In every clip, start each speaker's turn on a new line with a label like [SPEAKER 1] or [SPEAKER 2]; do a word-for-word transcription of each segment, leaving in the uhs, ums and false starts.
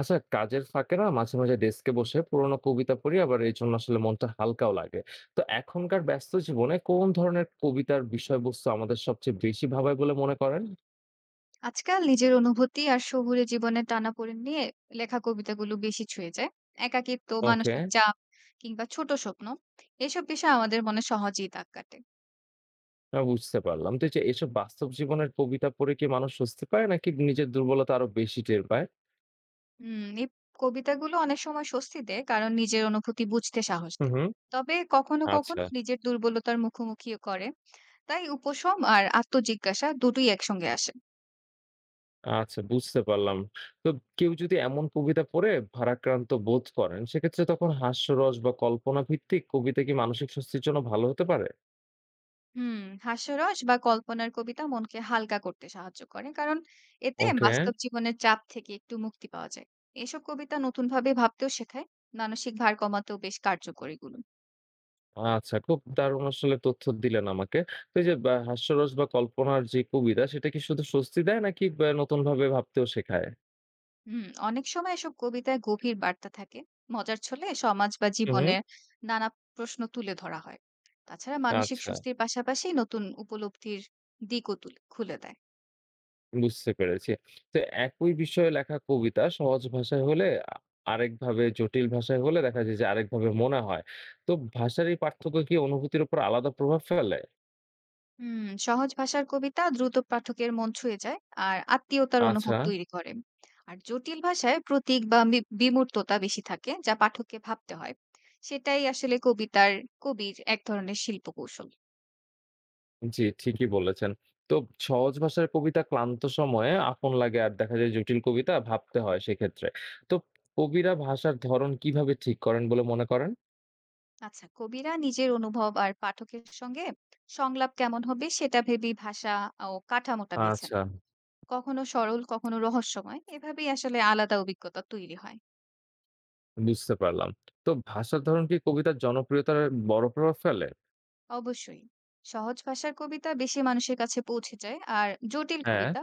[SPEAKER 1] আচ্ছা কাজের ফাঁকে না মাঝে মাঝে ডেস্কে বসে পুরোনো কবিতা পড়ি আবার এই জন্য আসলে মনটা হালকাও লাগে। তো এখনকার ব্যস্ত জীবনে কোন ধরনের কবিতার বিষয়বস্তু আমাদের সবচেয়ে বেশি ভাবায় বলে মনে করেন?
[SPEAKER 2] আজকাল নিজের অনুভূতি আর শহুরে জীবনের টানাপোড়েন নিয়ে লেখা কবিতাগুলো বেশি ছুঁয়ে যায়। একাকিত্ব,
[SPEAKER 1] ওকে।
[SPEAKER 2] মানসিক চাপ কিংবা ছোট স্বপ্ন এসব বিষয় আমাদের মনে সহজেই দাগ কাটে।
[SPEAKER 1] বুঝতে পারলাম। তো এই যে এসব বাস্তব জীবনের কবিতা পড়ে কি মানুষ স্বস্তি পায় নাকি নিজের দুর্বলতা আরো বেশি টের পায়?
[SPEAKER 2] হুম, এই কবিতাগুলো অনেক সময় স্বস্তি দেয় কারণ নিজের অনুভূতি বুঝতে সাহস
[SPEAKER 1] হুম,
[SPEAKER 2] দেয়।
[SPEAKER 1] হুম।
[SPEAKER 2] তবে কখনো
[SPEAKER 1] আচ্ছা।
[SPEAKER 2] কখনো নিজের দুর্বলতার মুখোমুখিও করে। তাই উপশম আর আত্মজিজ্ঞাসা দুটোই একসঙ্গে আসে।
[SPEAKER 1] আচ্ছা, বুঝতে পারলাম। তো কেউ যদি এমন কবিতা পড়ে ভারাক্রান্ত বোধ করেন, সেক্ষেত্রে তখন হাস্যরস বা কল্পনা ভিত্তিক কবিতা কি মানসিক স্বস্তির জন্য ভালো হতে পারে?
[SPEAKER 2] হুম, হাস্যরস বা কল্পনার কবিতা মনকে হালকা করতে সাহায্য করে। কারণ এতে
[SPEAKER 1] ওকে।
[SPEAKER 2] বাস্তব জীবনের চাপ থেকে একটু মুক্তি পাওয়া যায়। এসব কবিতা নতুনভাবে ভাবতেও শেখায়। মানসিক ভার কমাতেও বেশ কার্যকর এগুলো।
[SPEAKER 1] আচ্ছা, খুব দারুণ আসলে তথ্য দিলেন আমাকে। তো এই যে বা হাস্যরস বা কল্পনার যে কবিতা সেটা কি শুধু স্বস্তি দেয় নাকি বা নতুনভাবে ভাবতেও শেখায়?
[SPEAKER 2] হুম, অনেক সময় এসব কবিতায় গভীর বার্তা থাকে। মজার ছলে সমাজ বা
[SPEAKER 1] হু, হু।
[SPEAKER 2] জীবনের নানা প্রশ্ন তুলে ধরা হয়। তাছাড়া মানসিক
[SPEAKER 1] আচ্ছা,
[SPEAKER 2] স্বস্তির পাশাপাশি নতুন উপলব্ধির দিকও তুল খুলে দেয়।
[SPEAKER 1] বুঝতে পেরেছি। তো একই বিষয়ে লেখা কবিতা সহজ ভাষায় হলে আ আরেকভাবে, জটিল ভাষায় হলে দেখা যায় যে আরেকভাবে মনে হয়। তো ভাষার এই পার্থক্য কি অনুভূতির উপর আলাদা প্রভাব ফেলে?
[SPEAKER 2] হুম, সহজ ভাষার কবিতা দ্রুত পাঠকের মন ছুঁয়ে যায় আর আত্মীয়তার অনুভব
[SPEAKER 1] আচ্ছা।
[SPEAKER 2] তৈরি করে। আর জটিল ভাষায় প্রতীক বা বি- বিমূর্ততা বেশি থাকে যা পাঠককে ভাবতে হয়। সেটাই আসলে কবিতার কবির এক ধরনের শিল্পকৌশল।
[SPEAKER 1] জি, ঠিকই বলেছেন। তো সহজ ভাষার কবিতা ক্লান্ত সময়ে আপন লাগে, আর দেখা যায় জটিল কবিতা ভাবতে হয় সেক্ষেত্রে। তো কবিরা ভাষার ধরন কিভাবে ঠিক করেন বলে মনে করেন?
[SPEAKER 2] আচ্ছা, কবিরা নিজের অনুভব আর পাঠকের সঙ্গে সংলাপ কেমন হবে সেটা ভেবেই ভাষা ও কাঠামোটা বেছেন।
[SPEAKER 1] আচ্ছা,
[SPEAKER 2] কখনো সরল, কখনো রহস্যময়, এভাবেই আসলে আলাদা অভিজ্ঞতা তৈরি হয়।
[SPEAKER 1] বুঝতে পারলাম। তো ভাষার ধরন কি কবিতার জনপ্রিয়তার বড় প্রভাব ফেলে?
[SPEAKER 2] অবশ্যই। সহজ ভাষার কবিতা বেশি মানুষের কাছে পৌঁছে যায় আর জটিল
[SPEAKER 1] হ্যাঁ,
[SPEAKER 2] কবিতা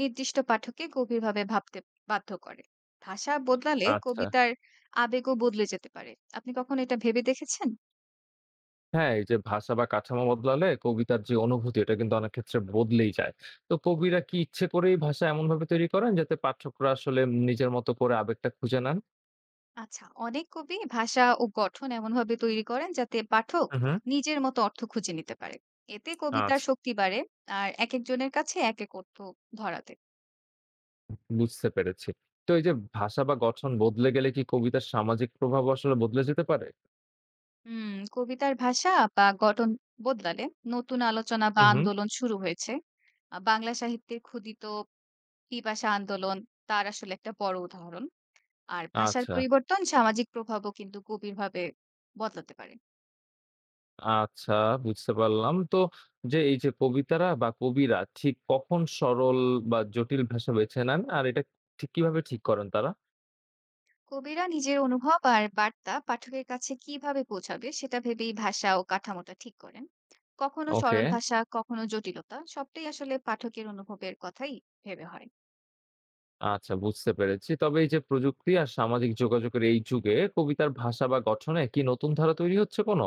[SPEAKER 2] নির্দিষ্ট পাঠককে গভীরভাবে ভাবতে বাধ্য করে। ভাষা বদলালে
[SPEAKER 1] আচ্ছা।
[SPEAKER 2] কবিতার আবেগও বদলে যেতে পারে। আপনি কখনো এটা ভেবে দেখেছেন?
[SPEAKER 1] হ্যাঁ, এই যে ভাষা বা কাঠামো বদলালে কবিতার যে অনুভূতি এটা কিন্তু অনেক ক্ষেত্রে বদলেই যায়। তো কবিরা কি ইচ্ছে করেই ভাষা এমনভাবে তৈরি করেন যাতে পাঠকরা আসলে নিজের মতো করে আবেগটা খুঁজে নেন?
[SPEAKER 2] আচ্ছা, অনেক কবি ভাষা ও গঠন এমনভাবে তৈরি করেন যাতে পাঠক
[SPEAKER 1] হু, হু,
[SPEAKER 2] নিজের মতো অর্থ খুঁজে নিতে পারে। এতে কবিতার
[SPEAKER 1] আচ্ছা।
[SPEAKER 2] শক্তি বাড়ে আর একেকজনের কাছে একেক অর্থ ধরা দেয়।
[SPEAKER 1] বুঝতে পেরেছি। তো এই যে ভাষা বা গঠন বদলে গেলে কি কবিতার সামাজিক প্রভাবও আসলে বদলে যেতে পারে?
[SPEAKER 2] হুম, কবিতার ভাষা বা গঠন বদলালে নতুন আলোচনা বা
[SPEAKER 1] হুম, হুম।
[SPEAKER 2] আন্দোলন শুরু হয়েছে। আ বাংলা সাহিত্যের ক্ষুধিত পিপাসা আন্দোলন তার আসলে একটা বড় উদাহরণ। আর ভাষার
[SPEAKER 1] আচ্ছা,
[SPEAKER 2] পরিবর্তন সামাজিক প্রভাবও কিন্তু গভীরভাবে বদলাতে পারে।
[SPEAKER 1] আচ্ছা, বুঝতে পারলাম। তো যে এই যে কবিতারা বা কবিরা ঠিক কখন সরল বা জটিল ভাষা বেছে নেন? আর এটা ঠিক কিভাবে ঠিক করেন তারা?
[SPEAKER 2] কবিরা নিজের অনুভব আর বার্তা পাঠকের কাছে কিভাবে পৌঁছাবে সেটা ভেবেই ভাষা ও কাঠামোটা ঠিক করেন। কখনো
[SPEAKER 1] ওকে,
[SPEAKER 2] সরল ভাষা, কখনো জটিলতা, সবটাই আসলে পাঠকের অনুভবের কথাই ভেবে হয়।
[SPEAKER 1] আচ্ছা, বুঝতে পেরেছি। তবে এই যে প্রযুক্তি আর সামাজিক যোগাযোগের এই যুগে কবিতার ভাষা বা গঠনে কি নতুন ধারা তৈরি হচ্ছে কোনো?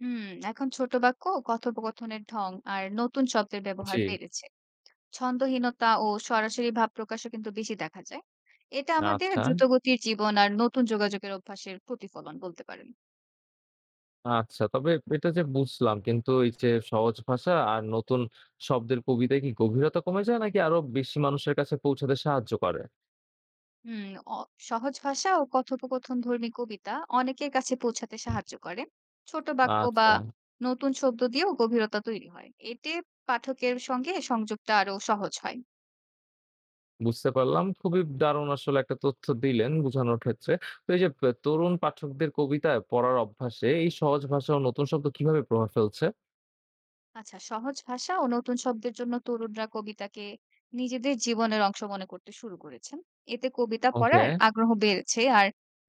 [SPEAKER 2] হুম এখন ছোট বাক্য, কথোপকথনের ঢং আর নতুন শব্দের
[SPEAKER 1] জি,
[SPEAKER 2] ব্যবহার বেড়েছে। ছন্দহীনতা ও সরাসরি ভাব প্রকাশও কিন্তু বেশি দেখা যায়। এটা আমাদের
[SPEAKER 1] আচ্ছা।
[SPEAKER 2] দ্রুতগতির জীবন আর নতুন যোগাযোগের অভ্যাসের প্রতিফলন বলতে পারেন।
[SPEAKER 1] আচ্ছা, তবে এটা যে বুঝলাম, কিন্তু এই যে সহজ ভাষা আর নতুন শব্দের কবিতায় কি গভীরতা কমে যায় নাকি আরো বেশি মানুষের কাছে পৌঁছাতে সাহায্য করে?
[SPEAKER 2] হুম অ- সহজ ভাষা ও কথোপকথন ধর্মী কবিতা অনেকের কাছে পৌঁছাতে সাহায্য করে। ছোট বাক্য বা
[SPEAKER 1] আচ্ছা,
[SPEAKER 2] নতুন শব্দ দিয়েও গভীরতা তৈরি হয়, এতে পাঠকের সঙ্গে সংযোগটা আরো সহজ হয়।
[SPEAKER 1] বুঝতে পারলাম। খুবই দারুণ আসলে একটা তথ্য দিলেন বোঝানোর ক্ষেত্রে। তো এই যে প তরুণ পাঠকদের কবিতায় পড়ার অভ্যাসে এই সহজ ভাষা ও নতুন শব্দ কিভাবে প্রভাব ফেলছে?
[SPEAKER 2] আচ্ছা, সহজ ভাষা ও নতুন শব্দের জন্য তরুণরা কবিতাকে নিজেদের জীবনের অংশ মনে করতে শুরু করেছেন। এতে কবিতা
[SPEAKER 1] ওকে।
[SPEAKER 2] পড়ার আগ্রহ বেড়েছে আর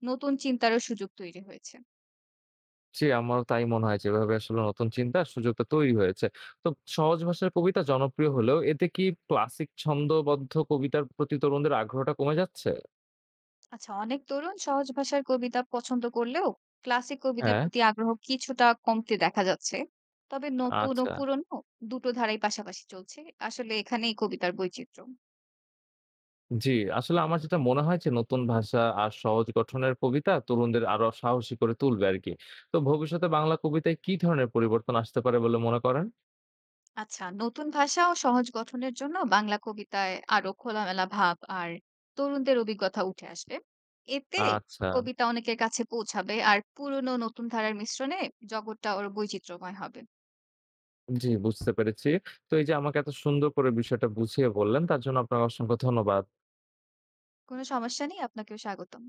[SPEAKER 2] নতুন চিন্তারও সুযোগ তৈরি হয়েছে।
[SPEAKER 1] জি, আমারও তাই মনে হয়, যেভাবে আসলে নতুন চিন্তার সুযোগটা তৈরি হয়েছে। তো সহজ ভাষার কবিতা জনপ্রিয় হলেও এতে কি ক্লাসিক ছন্দবদ্ধ কবিতার প্রতি তরুণদের আগ্রহটা কমে যাচ্ছে?
[SPEAKER 2] আচ্ছা, অনেক তরুণ সহজ ভাষার কবিতা পছন্দ করলেও ক্লাসিক কবিতার
[SPEAKER 1] হ্যাঁ,
[SPEAKER 2] প্রতি আগ্রহ কিছুটা কমতে দেখা যাচ্ছে। তবে নতুন ও
[SPEAKER 1] আচ্ছা।
[SPEAKER 2] পুরনো দুটো ধারাই পাশাপাশি চলছে। আসলে এখানেই কবিতার বৈচিত্র্য।
[SPEAKER 1] জি, আসলে আমার যেটা মনে হয় যে নতুন ভাষা আর সহজ গঠনের কবিতা তরুণদের আরো সাহসী করে তুলবে আরকি। তো ভবিষ্যতে বাংলা কবিতায় কি ধরনের পরিবর্তন আসতে পারে বলে মনে করেন?
[SPEAKER 2] আচ্ছা, নতুন ভাষা ও সহজ গঠনের জন্য বাংলা কবিতায় আরো খোলামেলা ভাব আর তরুণদের অভিজ্ঞতা উঠে আসবে। এতে
[SPEAKER 1] আচ্ছা,
[SPEAKER 2] কবিতা অনেকের কাছে পৌঁছাবে আর পুরনো নতুন ধারার মিশ্রণে জগৎটা ওর বৈচিত্র্যময় হবে।
[SPEAKER 1] জি, বুঝতে পেরেছি। তো এই যে আমাকে এত সুন্দর করে বিষয়টা বুঝিয়ে বললেন, তার জন্য আপনাকে অসংখ্য ধন্যবাদ।
[SPEAKER 2] কোনো সমস্যা নেই, আপনাকেও স্বাগতম।